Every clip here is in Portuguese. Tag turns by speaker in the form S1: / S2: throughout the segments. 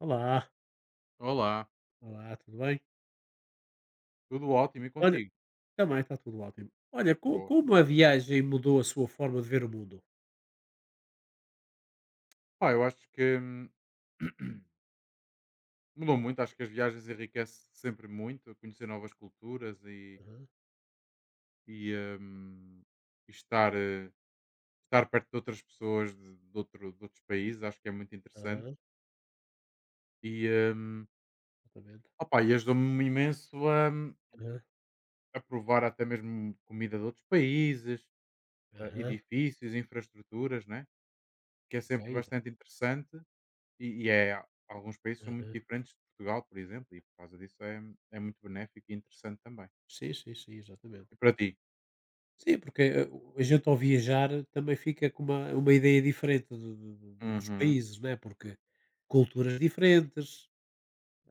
S1: Olá,
S2: Olá,
S1: olá, tudo bem?
S2: tudo ótimo e
S1: Olha,
S2: contigo?
S1: também está tudo ótimo. Olha,
S2: Boa.
S1: como a viagem mudou a sua forma de ver o mundo?
S2: Pá, eu acho que mudou muito. Acho que as viagens enriquecem sempre muito, conhecer novas culturas
S1: Aham,
S2: e, hum, e estar perto de outras pessoas de outros países. Acho que é muito interessante.
S1: aham,
S2: E, hum,
S1: exatamente.
S2: opá, e ajudou-me imenso a, hum,
S1: Aham,
S2: a provar até mesmo comida de outros países,
S1: aham,
S2: edifícios, infraestruturas, né? Que é
S1: ok.
S2: sempre
S1: exa-
S2: bastante interessante. E alguns países são muito
S1: aham.
S2: diferentes de Portugal, por exemplo, e por causa disso é, muito benéfico e interessante também.
S1: Sim, sim, sim, exatamente.
S2: E para ti?
S1: Sim, porque a gente ao viajar também fica com uma ideia diferente dos
S2: Uhum,
S1: países, não é? Porque culturas diferentes,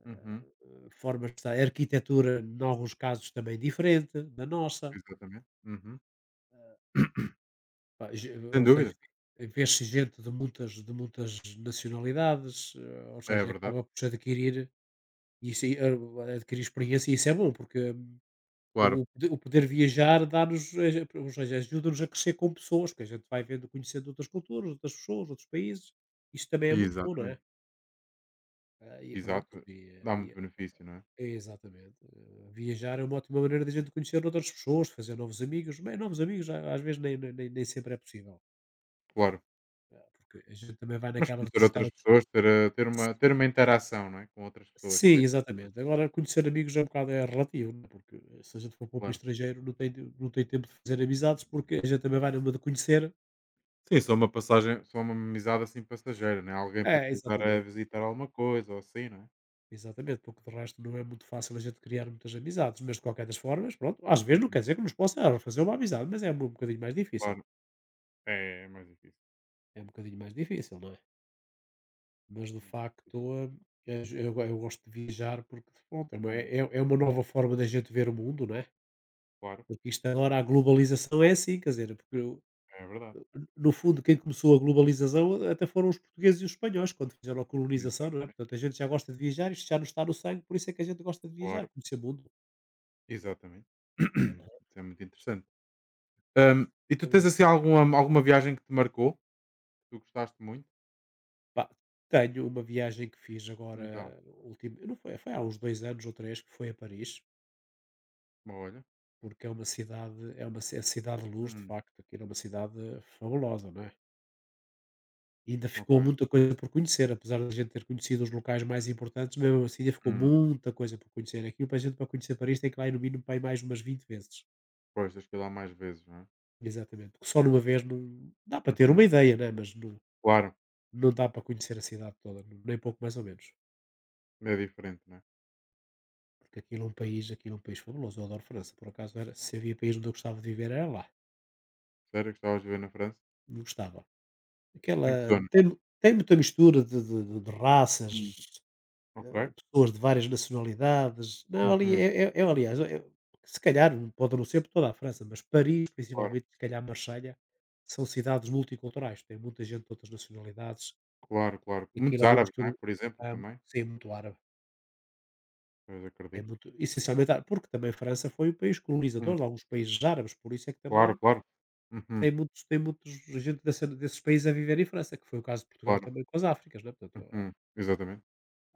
S2: uhum,
S1: formas de estar, arquitetura, em alguns casos, também diferente da nossa.
S2: exatamente. Uhum.
S1: Pá,
S2: Sem
S1: ou seja,
S2: dúvida,
S1: vê-se gente de muitas nacionalidades, ou
S2: é
S1: seja,
S2: verdade,
S1: acaba por se adquirir, e isso, aí, adquirir experiência e isso é bom, porque
S2: claro.
S1: o poder viajar dá-nos, ou seja, ajuda-nos a crescer com pessoas, que a gente vai vendo, conhecendo outras culturas, outras pessoas, outros países, isso também é muito bom, não é?
S2: Exatamente,
S1: Ah, e pronto,
S2: exato. Dá muito benefício, não é?
S1: é exatamente. Viajar é uma ótima maneira de a gente conhecer outras pessoas, fazer novos amigos, mas novos amigos às vezes nem sempre é possível.
S2: Claro.
S1: Porque a gente também vai
S2: Mas
S1: naquela de
S2: conhecer
S1: visitar
S2: outras
S1: outros.
S2: pessoas, ter uma interação, não é? Com outras pessoas, por
S1: Sim,
S2: exemplo, não é?
S1: exatamente. Agora conhecer amigos é um bocado é relativo, né, porque se a gente for para um país
S2: Claro.
S1: estrangeiro não tem tempo de fazer amizades, porque a gente também vai numa de conhecer.
S2: Sim, só uma passagem, só uma amizade assim passageira, né? Alguém para te
S1: É,
S2: ajudar a
S1: exatamente.
S2: visitar alguma coisa ou assim, não é?
S1: Exatamente, porque de resto não é muito fácil a gente criar muitas amizades, mas de qualquer das formas, pronto, às vezes não
S2: Uhum.
S1: quer dizer que nos possa fazer uma amizade, mas é um bocadinho mais difícil.
S2: Claro, é mais difícil.
S1: É um bocadinho mais difícil, não é? Mas de facto, eu, eu gosto de viajar porque pronto, é, uma, é,
S2: Hum,
S1: é uma nova forma da gente ver o mundo, não é?
S2: claro.
S1: Porque isto agora a globalização é assim, quer dizer, porque o
S2: É verdade.
S1: no fundo quem começou a globalização até foram os portugueses e os espanhóis quando fizeram a colonização, não é?
S2: Exatamente.
S1: Portanto, a gente já gosta de viajar, isto já nos está no sangue, por isso é que a gente gosta de viajar,
S2: Claro.
S1: conhecer o mundo.
S2: Exatamente. Isso é muito interessante. E tu tens assim
S1: Exatamente.
S2: alguma viagem que te marcou? Que tu gostaste muito?
S1: Pá, tenho uma viagem que fiz
S2: Então,
S1: agora, último não foi há uns 2 anos ou 3 que foi a Paris,
S2: olha.
S1: porque é uma cidade é uma ci a cidade de luz, de
S2: Hum,
S1: facto, aquilo é uma cidade fabulosa, não é? Ainda
S2: ok.
S1: ficou muita coisa por conhecer, apesar da gente ter conhecido os locais mais importantes, mesmo assim ainda ficou
S2: Hum,
S1: muita coisa por conhecer. Aquilo para a gente para conhecer Paris tem que lá ir no mínimo para aí mais umas 20 vezes.
S2: pois, tens que ir lá mais vezes, não é?
S1: Exatamente. Porque só numa vez não dá para ter uma
S2: Uhum.
S1: ideia, né? Mas não,
S2: Claro,
S1: não dá para conhecer a cidade toda, nem pouco mais ou menos.
S2: é diferente, não é?
S1: Porque aquilo é um país, aquilo é um país fabuloso. Eu adoro França. Por acaso era, se havia país onde eu gostava de viver, era lá.
S2: Sério, gostavas de viver na França?
S1: Não gostava.
S2: Em que
S1: Aquela
S2: zona?
S1: tem, tem muita mistura de
S2: Hum.
S1: raças.
S2: Ok.
S1: Hã, pessoas de várias nacionalidades. Não, ali
S2: Uhum.
S1: aliás, é se calhar, não pode não ser por toda a França, mas Paris,
S2: Claro,
S1: principalmente, se calhar Marselha, são cidades multiculturais, tem muita gente de outras nacionalidades
S2: claro, claro.
S1: e aquilo
S2: Muitos
S1: é uma
S2: árabes, não
S1: mistura.
S2: é? Por exemplo,
S1: Hã,
S2: também.
S1: sim, muito árabe,
S2: Pois
S1: é
S2: acredito.
S1: muito essencialmente árabe, porque também a França foi um país colonizador
S2: Hum.
S1: de alguns países árabes, por isso é que
S2: Claro,
S1: também
S2: claro. Uhum.
S1: tem muitos gente dessa desses países a viver em França, que foi o caso de Portugal
S2: Claro.
S1: também com as Áfricas, não é? Portanto,
S2: Uhum. Exatamente.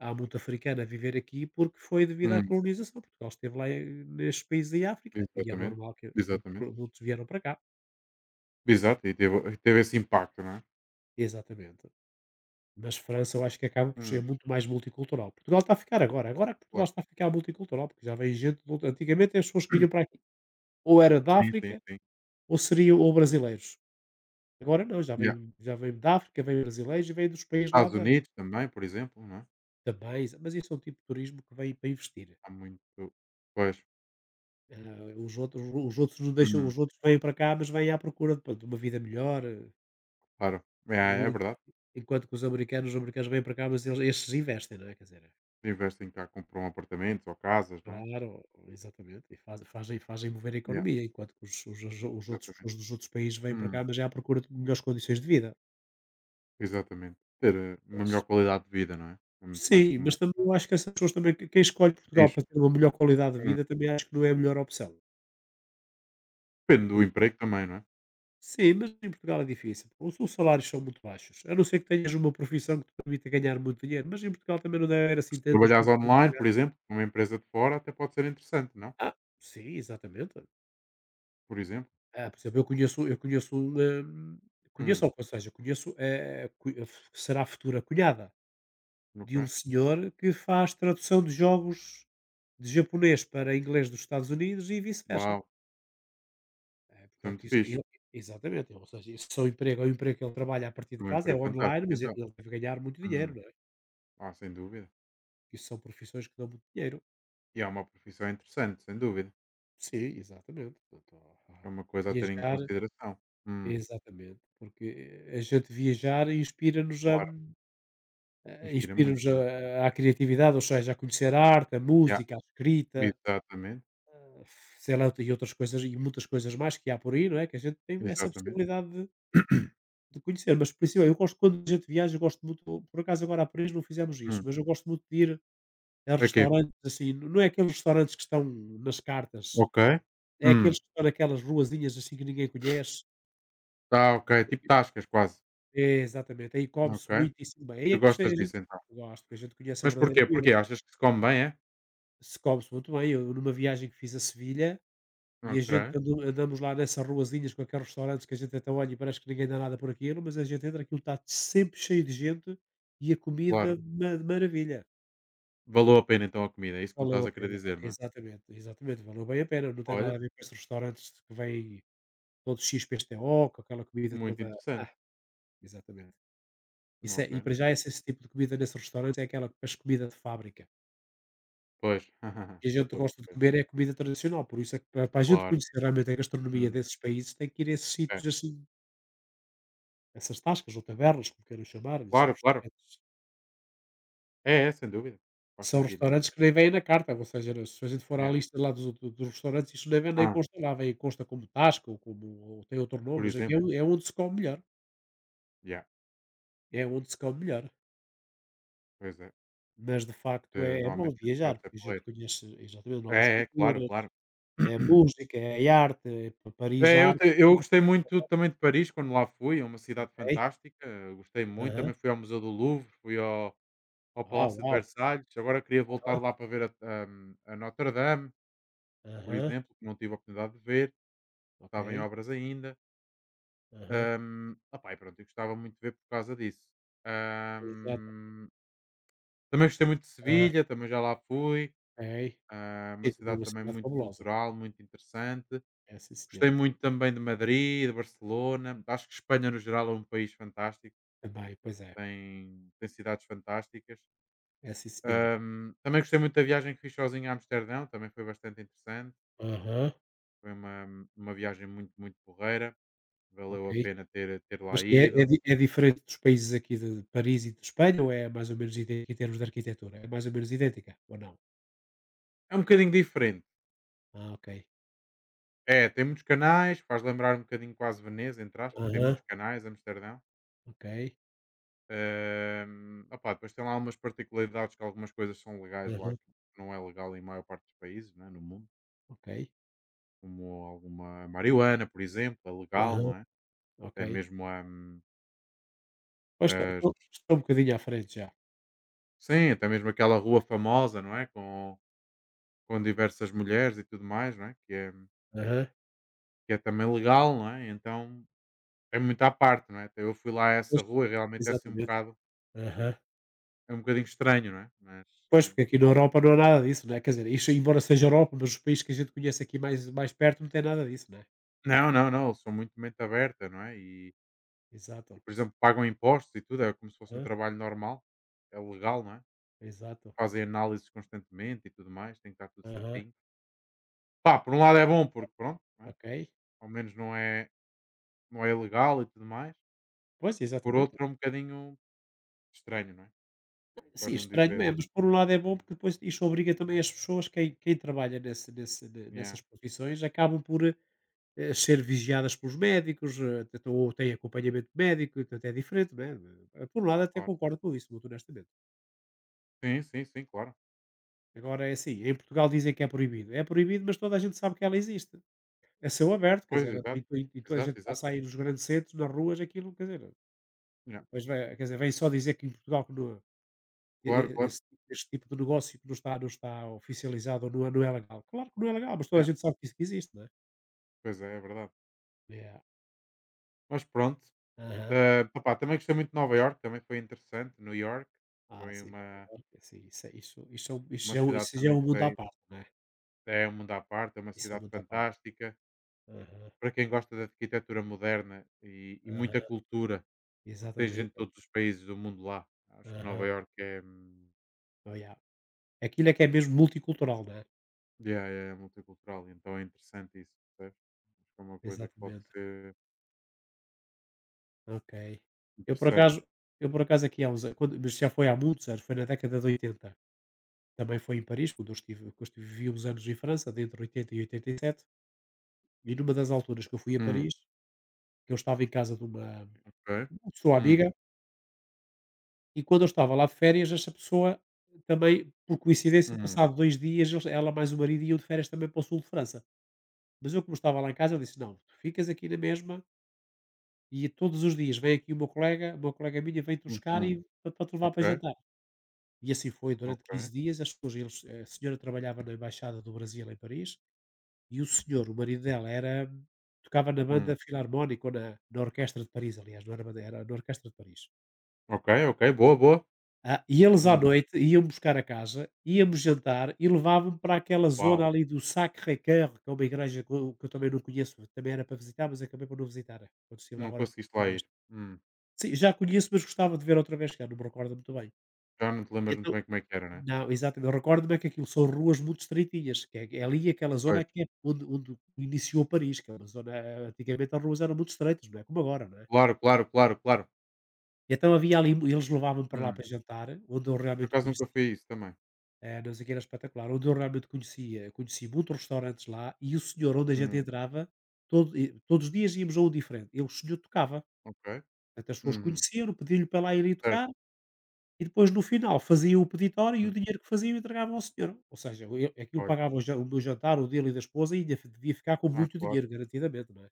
S1: à multa africana a viver aqui porque foi devido à
S2: Hum.
S1: colonização. Portugal esteve lá nestes países da África e é
S2: Exatamente.
S1: normal que muitos
S2: Exatamente.
S1: produtos vieram para cá.
S2: Exato, e teve esse impacto, não é?
S1: Exatamente. Mas França eu acho que acaba por ser
S2: Hum,
S1: muito mais multicultural. Portugal está a ficar agora. Agora que Portugal
S2: claro.
S1: está a ficar multicultural, porque já vem gente. Antigamente as pessoas que vinham para aqui ou era da
S2: Sim, sim,
S1: África
S2: sim.
S1: ou seriam ou brasileiros. Agora não,
S2: Yeah.
S1: já vem da África, vem brasileiros e vem dos países lá
S2: Estados
S1: da,
S2: Unidos também, por exemplo, não é?
S1: também. Mas isso é um tipo de turismo que vem para investir.
S2: Há muito, pois.
S1: Ah, os outros os outros não deixam
S2: Uhum,
S1: os outros vêm para cá, mas vêm à procura de pronto, de uma vida melhor,
S2: claro. É, é
S1: e
S2: verdade.
S1: enquanto que os americanos vêm para cá, mas eles estes investem, não é, quer dizer
S2: Investem cá, compram apartamentos ou casas, não é?
S1: claro, exatamente, e fazem mover a
S2: Yeah,
S1: economia, enquanto que os outros
S2: exatamente.
S1: pessoas dos outros países vêm para cá,
S2: Hum,
S1: mas é à procura de melhores condições de vida.
S2: exatamente. Ter uma
S1: S
S2: melhor qualidade de vida, não é? É muito
S1: sim,
S2: mais comum.
S1: mas também eu acho que essas pessoas também quem escolhe Portugal
S2: Diz.
S1: para ter uma melhor qualidade de
S2: Hum.
S1: vida, também acho que não é a melhor opção.
S2: Depende do emprego também, não é?
S1: Sim, mas em Portugal é difícil. Os salários são muito baixos. A não ser que tenhas uma profissão que te permita ganhar muito dinheiro, mas em Portugal também não deve haver assim
S2: Se
S1: tantas
S2: trabalhares
S1: profissões a
S2: online,
S1: pagar.
S2: por exemplo, numa empresa de fora, até pode ser interessante, não?
S1: Ah, sim, exatamente.
S2: Por exemplo?
S1: Ah, por exemplo, eu conheço um, hum, conheço,
S2: Hum,
S1: ou seja, conheço, será a futura cunhada de um
S2: ok.
S1: senhor que faz tradução de jogos de japonês para inglês dos Estados Unidos e vice-versa.
S2: Uau,
S1: É,
S2: isso é
S1: portanto,
S2: muito
S1: isso,
S2: fixe.
S1: exatamente, ou seja, isso é um emprego que ele trabalha a partir de
S2: É um
S1: casa, é
S2: emprego
S1: online,
S2: fantástico
S1: mas ele
S2: então.
S1: ele deve ganhar muito dinheiro.
S2: Hum. Ah, sem dúvida.
S1: E são profissões que dão muito dinheiro.
S2: E é uma profissão interessante, sem dúvida.
S1: Sim, exatamente. Portanto,
S2: Acho que é
S1: ah,
S2: uma coisa a ter em
S1: viajar
S2: consideração. Hum,
S1: exatamente, porque a gente viajar inspira-nos
S2: claro, inspira muito, não é?
S1: à criatividade, ou seja, a conhecer a arte, a
S2: Yeah,
S1: música, a escrita,
S2: exatamente,
S1: sei lá, e outras coisas, e muitas coisas mais que há por aí, não é? Que a gente tem essa
S2: exatamente.
S1: possibilidade de conhecer, mas principalmente eu gosto quando a gente viaja, eu gosto muito, por acaso agora a Paris não fizemos isso,
S2: Hum,
S1: mas eu gosto muito de ir a
S2: ok,
S1: restaurantes assim, não é aqueles restaurantes que estão nas cartas.
S2: ok.
S1: É
S2: Hum,
S1: aqueles que estão naquelas ruazinhas, assim, que ninguém conhece.
S2: tá ok, tipo tascas quase.
S1: É, exatamente, aí
S2: Ok.
S1: come-se muitíssimo bem. Aí é
S2: Tu
S1: que se
S2: gostas
S1: a gente
S2: disso então.
S1: gosta que a gente conhece a
S2: Mas
S1: verdadeira
S2: porquê?
S1: comida.
S2: Porquê? Achas que se come bem, é?
S1: Se come-se muito bem. Eu numa viagem que fiz a Sevilha, e a
S2: Ok,
S1: gente andou andamos lá nessas ruazinhas com aqueles restaurantes que a gente até olha e parece que ninguém dá nada por aquilo, mas a gente entra, aquilo está sempre cheio de gente e a
S2: claro.
S1: comida ma maravilha.
S2: Valeu a pena então a comida, é isso que me
S1: Valeu
S2: estás
S1: a
S2: a querer
S1: pena.
S2: dizer, não é?
S1: Exatamente, exatamente, valeu bem a pena. Não tem nada
S2: Olha,
S1: a ver com esses restaurantes que vêm todos X P S T o com aquela comida
S2: muito
S1: toda.
S2: interessante.
S1: Ah, exatamente. Isso é
S2: Ok.
S1: e para já esse tipo de comida nesse restaurante é aquela as comida de fábrica.
S2: Pois,
S1: E a
S2: já
S1: gente
S2: estou a
S1: gosta de
S2: perceber.
S1: comer é comida tradicional, por isso é que para a gente
S2: Claro.
S1: conhecer realmente a gastronomia
S2: Hum,
S1: desses países tem que ir a esses
S2: é.
S1: sítios assim, essas tascas ou tabernas, como queiram chamar, são
S2: Claro, claro.
S1: restaurantes
S2: É, sem dúvida. Faz sentido, não é?
S1: que nem vêm na carta, ou seja, né, se a gente for à
S2: Yeah.
S1: lista lá dos restaurantes, isso nem vem nem
S2: Ah,
S1: consta lá, vem consta como tasca ou como ou tem outro nome,
S2: por
S1: mas aqui é
S2: exemplo.
S1: o é onde se come melhor,
S2: Yeah,
S1: é onde se come melhor.
S2: pois é.
S1: Mas de facto
S2: Eh,
S1: é bom
S2: normalmente nos
S1: viajar,
S2: Estados é
S1: porque a gente
S2: porreiro.
S1: conhece exatamente novas
S2: É, claro,
S1: culturas.
S2: claro.
S1: É música, é arte, é Pa Paris
S2: É, eu
S1: arte.
S2: te eu gostei muito também de Paris quando lá fui. É uma cidade
S1: Ok.
S2: fantástica, gostei muito.
S1: Aham.
S2: Também fui ao Museu do Louvre, fui ao
S1: Uau,
S2: Palácio de
S1: uau.
S2: Versalhes. Agora queria voltar
S1: Aham.
S2: lá para ver a Notre Dame, por
S1: Aham.
S2: exemplo, que não tive a oportunidade de ver.
S1: Ok.
S2: Estava em obras ainda.
S1: Aham.
S2: Opá, e pronto, eu gostava muito de ver por causa disso.
S1: Exato.
S2: Hum Também gostei muito de
S1: Hã.
S2: Sevilha, também já lá fui.
S1: Ok.
S2: Ah, uma
S1: E também é
S2: cidade
S1: uma
S2: também
S1: cidade
S2: muito
S1: fabulosa.
S2: cultural, muito interessante.
S1: É, sim
S2: Gostei
S1: senhora.
S2: muito também de Madrid, de Barcelona. Acho que Espanha, no geral, é um país fantástico.
S1: Também, pois é.
S2: Tem cidades fantásticas.
S1: É, sim senhora.
S2: Também gostei muito da viagem que fiz sozinho a Amsterdão. Também foi bastante interessante.
S1: Aham.
S2: Foi uma viagem muito, muito porreira.
S1: Ok.
S2: Valeu a pena ter
S1: Mas
S2: lá
S1: que é é
S2: ido.
S1: di é diferente dos países aqui de Paris e de Espanha ou é mais ou menos idêntica em termos de arquitetura? É mais ou menos idêntica ou não?
S2: É um bocadinho diferente.
S1: Ah, ok.
S2: É, tem muitos canais. Faz lembrar um bocadinho quase Veneza, entre aspas. Tem
S1: Aham.
S2: muitos canais, Amsterdão.
S1: Ok.
S2: Opá, depois tem lá algumas particularidades, que algumas coisas são legais lá,
S1: Aham.
S2: que não é legal em maior parte dos países, né, no mundo,
S1: Ok.
S2: como alguma marihuana, por exemplo, é legal,
S1: Aham.
S2: não é?
S1: Ok.
S2: Até mesmo hum,
S1: Pois
S2: as-
S1: estão um bocadinho à frente já.
S2: sim, até mesmo aquela rua famosa, não é? com, diversas mulheres e tudo mais, não é? Que é,
S1: Aham.
S2: que é também legal, não é? Então é muito à parte, não é? Até eu fui lá a essa
S1: Pois,
S2: rua e realmente é assim um
S1: exatamente.
S2: bocado,
S1: Aham.
S2: é um bocadinho estranho, não é? Mas
S1: Pois,
S2: hum,
S1: porque aqui na Europa não há nada disso, né, quer dizer, isso embora seja Europa, mas os países que a gente conhece aqui mais perto não tem nada disso, né.
S2: não, não, não, eles são muito mente aberta, não é?
S1: Exato.
S2: E, por exemplo, pagam impostos e tudo, é como se fosse um
S1: Hã?
S2: trabalho normal, é legal, não é?
S1: Exato.
S2: Fazem análises constantemente e tudo mais, tem que estar tudo
S1: Aham.
S2: certinho. Pá, por um lado é bom, porque pronto, não é?
S1: Ok.
S2: Ao menos não é ilegal e tudo mais.
S1: Pois,
S2: Por
S1: exatamente.
S2: outro, é um bocadinho estranho, não é? Para
S1: Sim,
S2: não
S1: estranho é,
S2: dizer,
S1: mas por um lado é bom porque depois isto obriga também as pessoas, quem trabalha nesse nesse ne
S2: yeah,
S1: nessas profissões, acabam por, ser vigiadas pelos médicos, então ou têm acompanhamento médico, portanto é diferente, né. Por um lado até
S2: claro.
S1: concordo com isso, muito honestamente.
S2: Sim, sim, sim, claro.
S1: Agora é assim, em Portugal dizem que é proibido. É proibido, mas toda a gente sabe que ela existe. É céu aberto, quer
S2: Pois,
S1: dizer,
S2: exato,
S1: e toda a
S2: exato,
S1: gente
S2: exato.
S1: passa aí nos grandes centros, nas ruas, aquilo, quer dizer,
S2: Yeah,
S1: depois vai, quer dizer, vem só dizer que em Portugal que e-
S2: claro,
S1: e-
S2: claro.
S1: esse, este tipo de negócio que não está, não está oficializado ou não, não é legal. Claro que não é legal, mas toda a
S2: Yeah,
S1: gente sabe que isso que existe, não é?
S2: pois é, é verdade.
S1: Yeah.
S2: Mas pronto,
S1: Aham.
S2: opá, também gostei muito de Nova York, também foi interessante. New York
S1: Ah,
S2: foi
S1: sim, Nova
S2: uma,
S1: Iorque, é assim, isso, é- isso, é um- isso,
S2: uma
S1: já é um-
S2: cidade que
S1: isso já é
S2: também
S1: um mundo à
S2: gostei.
S1: parte, não é?
S2: É um mundo à parte, é uma
S1: Isso é um
S2: cidade
S1: mundo à parte.
S2: fantástica.
S1: Aham.
S2: Para quem gosta da arquitetura moderna e muita
S1: Aham.
S2: cultura, porque tem gente de
S1: Exatamente.
S2: todos os países do mundo lá. Acho que Nova
S1: Aham.
S2: York
S1: Oh, yeah. Aquilo é que é mesmo multicultural, né?
S2: yeah, é multicultural, então é interessante isso, percebes? Acho que é uma coisa que pode
S1: Exatamente,
S2: ser
S1: ok. Eu por
S2: interessante.
S1: acaso eu por acaso aqui há uns an quando mas já foi há muitos anos, foi na década de 80, também foi em Paris, quando eu estive vivi uns anos em França, de entre 80 e 87. E numa das alturas que eu fui a
S2: Hum,
S1: Paris, que eu estava em casa de uma
S2: ok.
S1: pessoa
S2: Hum,
S1: amiga, e quando eu estava lá de férias, essa pessoa também, por coincidência,
S2: hum,
S1: passado 2 dias, eles ela mais o marido iam de férias também para o sul de França. Mas eu, como estava lá em casa, eu disse: "Não, tu ficas aqui na mesma e todos os dias vem aqui o meu colega uma colega minha vem-te buscar
S2: uhum.
S1: e para te levar
S2: Ok,
S1: para jantar". E assim foi durante quinze
S2: ok.
S1: dias. As pessoas, a senhora trabalhava na embaixada do Brasil em Paris, e o senhor, o marido dela, era tocava na banda
S2: Hum,
S1: filarmónica ou na orquestra de Paris. Aliás, não era banda, era na orquestra de Paris.
S2: ok, ok, boa, boa.
S1: Ah, e eles à
S2: Hum,
S1: noite iam buscar a casa, íamos jantar e levavam-me para aquela zona
S2: uau,
S1: ali do Sacré-Cœur, que é uma igreja que eu também não conheço. Também era para visitar, mas acabei por não visitar quando estive lá
S2: não
S1: agora esta
S2: conseguiste
S1: última
S2: lá
S1: vez.
S2: ir. Hum,
S1: Sim, já conheço, mas gostava de ver outra vez, que eu não me recordo muito bem.
S2: já não te lembras muito bem como é que era, né?
S1: Não, exato. Eu recordo-me é que aquilo são ruas muito estreitinhas, que é ali aquela zona
S2: Pois,
S1: que é onde iniciou Paris, que é uma zona, antigamente as ruas eram muito estreitas, não é como agora, não é?
S2: claro, claro, claro, claro.
S1: Então havia ali, eles levavam-me para lá
S2: Hum.
S1: para jantar, onde eu
S2: Por
S1: realmente
S2: acaso nunca
S1: conheci,
S2: foi isso também.
S1: não sei o que era espetacular, onde eu realmente conheci muitos restaurantes lá. E o senhor, onde a gente
S2: Hum,
S1: entrava, todos os dias íamos a um diferente, e o senhor tocava.
S2: ok.
S1: Portanto, as pessoas
S2: Uhum.
S1: conheciam, pediam-lhe para lá irem
S2: Certo.
S1: tocar. E depois, no final, fazia o peditório, e o
S2: Hum,
S1: dinheiro que faziam entregava ao senhor. Ou seja, eu, aquilo
S2: olha.
S1: pagava o meu jantar, o dele e da esposa, e ainda devia ficar com
S2: Ah,
S1: muito
S2: claro.
S1: dinheiro garantidamente, não é.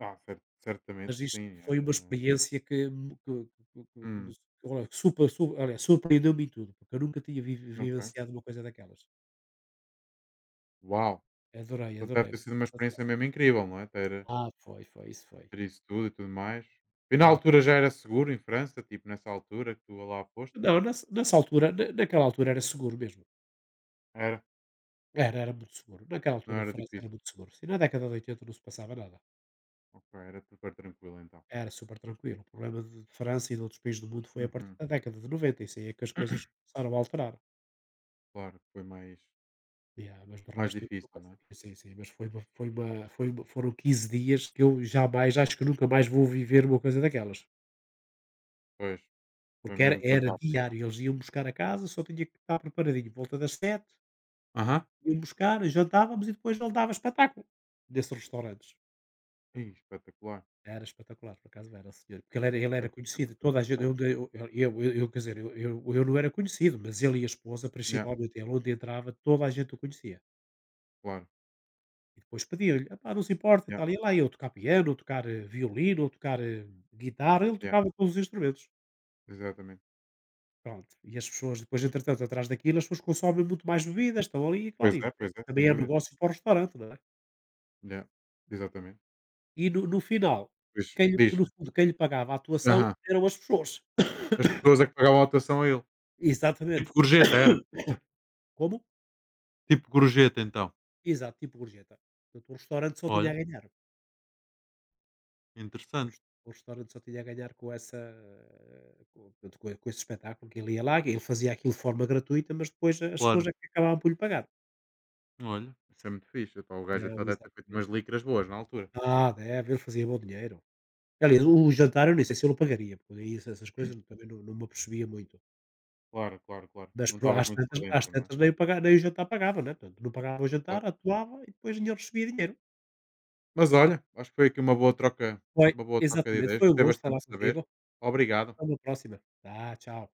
S2: Ah, certamente
S1: Mas
S2: que
S1: isto
S2: sim. É,
S1: foi uma
S2: é.
S1: experiência que me
S2: Hum,
S1: olha supa su olha, surpreendeu-me em tudo, porque eu nunca tinha vi
S2: ok.
S1: vivenciado uma coisa daquelas.
S2: Uau!
S1: Adorei,
S2: Então deve
S1: adorei,
S2: ter
S1: por
S2: sido uma
S1: acaso adorei.
S2: experiência mesmo incrível, não é? Ter
S1: Ah, foi, foi, isso foi.
S2: ter isso tudo e tudo mais. E na
S1: Hã.
S2: altura já era seguro em França? Tipo, nessa altura que tu lá foste?
S1: Não, nessa nessa altura na naquela altura era seguro mesmo.
S2: Era?
S1: Era, era muito seguro. Naquela
S2: Não
S1: altura a
S2: era
S1: França era
S2: difícil?
S1: muito seguro. Sim, na década de 80 não se passava nada.
S2: Ok, era super tranquilo então.
S1: Era super tranquilo. O problema de França e de outros países do mundo foi a partir
S2: Uhum.
S1: da década de 90. Isso aí é que as coisas começaram a alterar.
S2: Claro, foi mais
S1: Yeah, mas de
S2: mais
S1: resto, eu nunca
S2: difícil, não é?
S1: sabia. Sim, sim, mas foram 15 dias que eu jamais, acho que nunca mais vou viver uma coisa daquelas.
S2: Pois, foi
S1: Porque era,
S2: mesmo
S1: era
S2: fantástico.
S1: diário. Eles iam buscar a casa, só tinha que estar preparadinho. Volta das 7
S2: Aham.
S1: iam buscar, jantávamos, e depois não dava espetáculo nesses restaurantes.
S2: Ih, espetacular.
S1: Era espetacular, por acaso era, senhor. Porque ele era
S2: Deve ter sido
S1: conhecido.
S2: muito
S1: Toda a gente, eu
S2: fantástico.
S1: dei eu quer dizer, eu não era conhecido, mas ele e a esposa,
S2: Yeah,
S1: principalmente ele, onde entrava, toda a gente o conhecia.
S2: claro.
S1: E depois pedia-lhe: "Epá, não se importa, e
S2: Yeah.
S1: tal", e lá eu tocar piano, ou tocar, violino, ou tocar, guitarra. Ele
S2: Yeah,
S1: tocava todos os instrumentos.
S2: exatamente.
S1: Pronto, e as pessoas depois, entretanto, atrás daquilo, as pessoas consomem muito mais bebidas, estão ali, e claro,
S2: Pois é, sem
S1: também é
S2: dúvida.
S1: negócio para o restaurante, não é?
S2: Yeah, exatamente.
S1: E no final,
S2: Pois, diz.
S1: que no fundo, quem lhe pagava a atuação
S2: Aham.
S1: eram as pessoas.
S2: As pessoas é que pagavam a lotação a ele.
S1: Exatamente.
S2: Tipo gorjeta era?
S1: Como?
S2: Tipo gorjeta então.
S1: Exato, tipo gorjeta. Portanto, o restaurante só tinha a
S2: Olha,
S1: ganhar. O res
S2: interessante.
S1: o restaurante só tinha a ganhar com portanto, co com esse espetáculo que ele ia lá, que ele fazia aquilo de forma gratuita, mas depois as pessoas
S2: Claro,
S1: é que acabavam por lhe pagar.
S2: olha. Isso é muito fixe. Epá, o gajo
S1: Não,
S2: então deve ter feito
S1: exatamente.
S2: umas licras boas na altura.
S1: Ah, deve, ele fazia bom dinheiro. Aliás, o jantar eu nem sei se ele o pagaria, porque aí essas coisas também não me apercebia muito.
S2: Claro, claro, claro.
S1: Mas
S2: Não
S1: pro
S2: estavas
S1: às
S2: muito
S1: tantas
S2: por
S1: às
S2: dentro, não é?
S1: tantas nem o jantar pagava, né. Portanto, não pagava o jantar,
S2: Claro.
S1: atuava, e depois ainda recebia dinheiro.
S2: Mas olha, acho que foi aqui
S1: Foi,
S2: uma boa troca de
S1: exatamente,
S2: ideias.
S1: foi um
S2: Gostei
S1: gosto
S2: bastante
S1: falar
S2: de
S1: contigo.
S2: saber. Obrigado.
S1: Até uma próxima. Tá, tchau.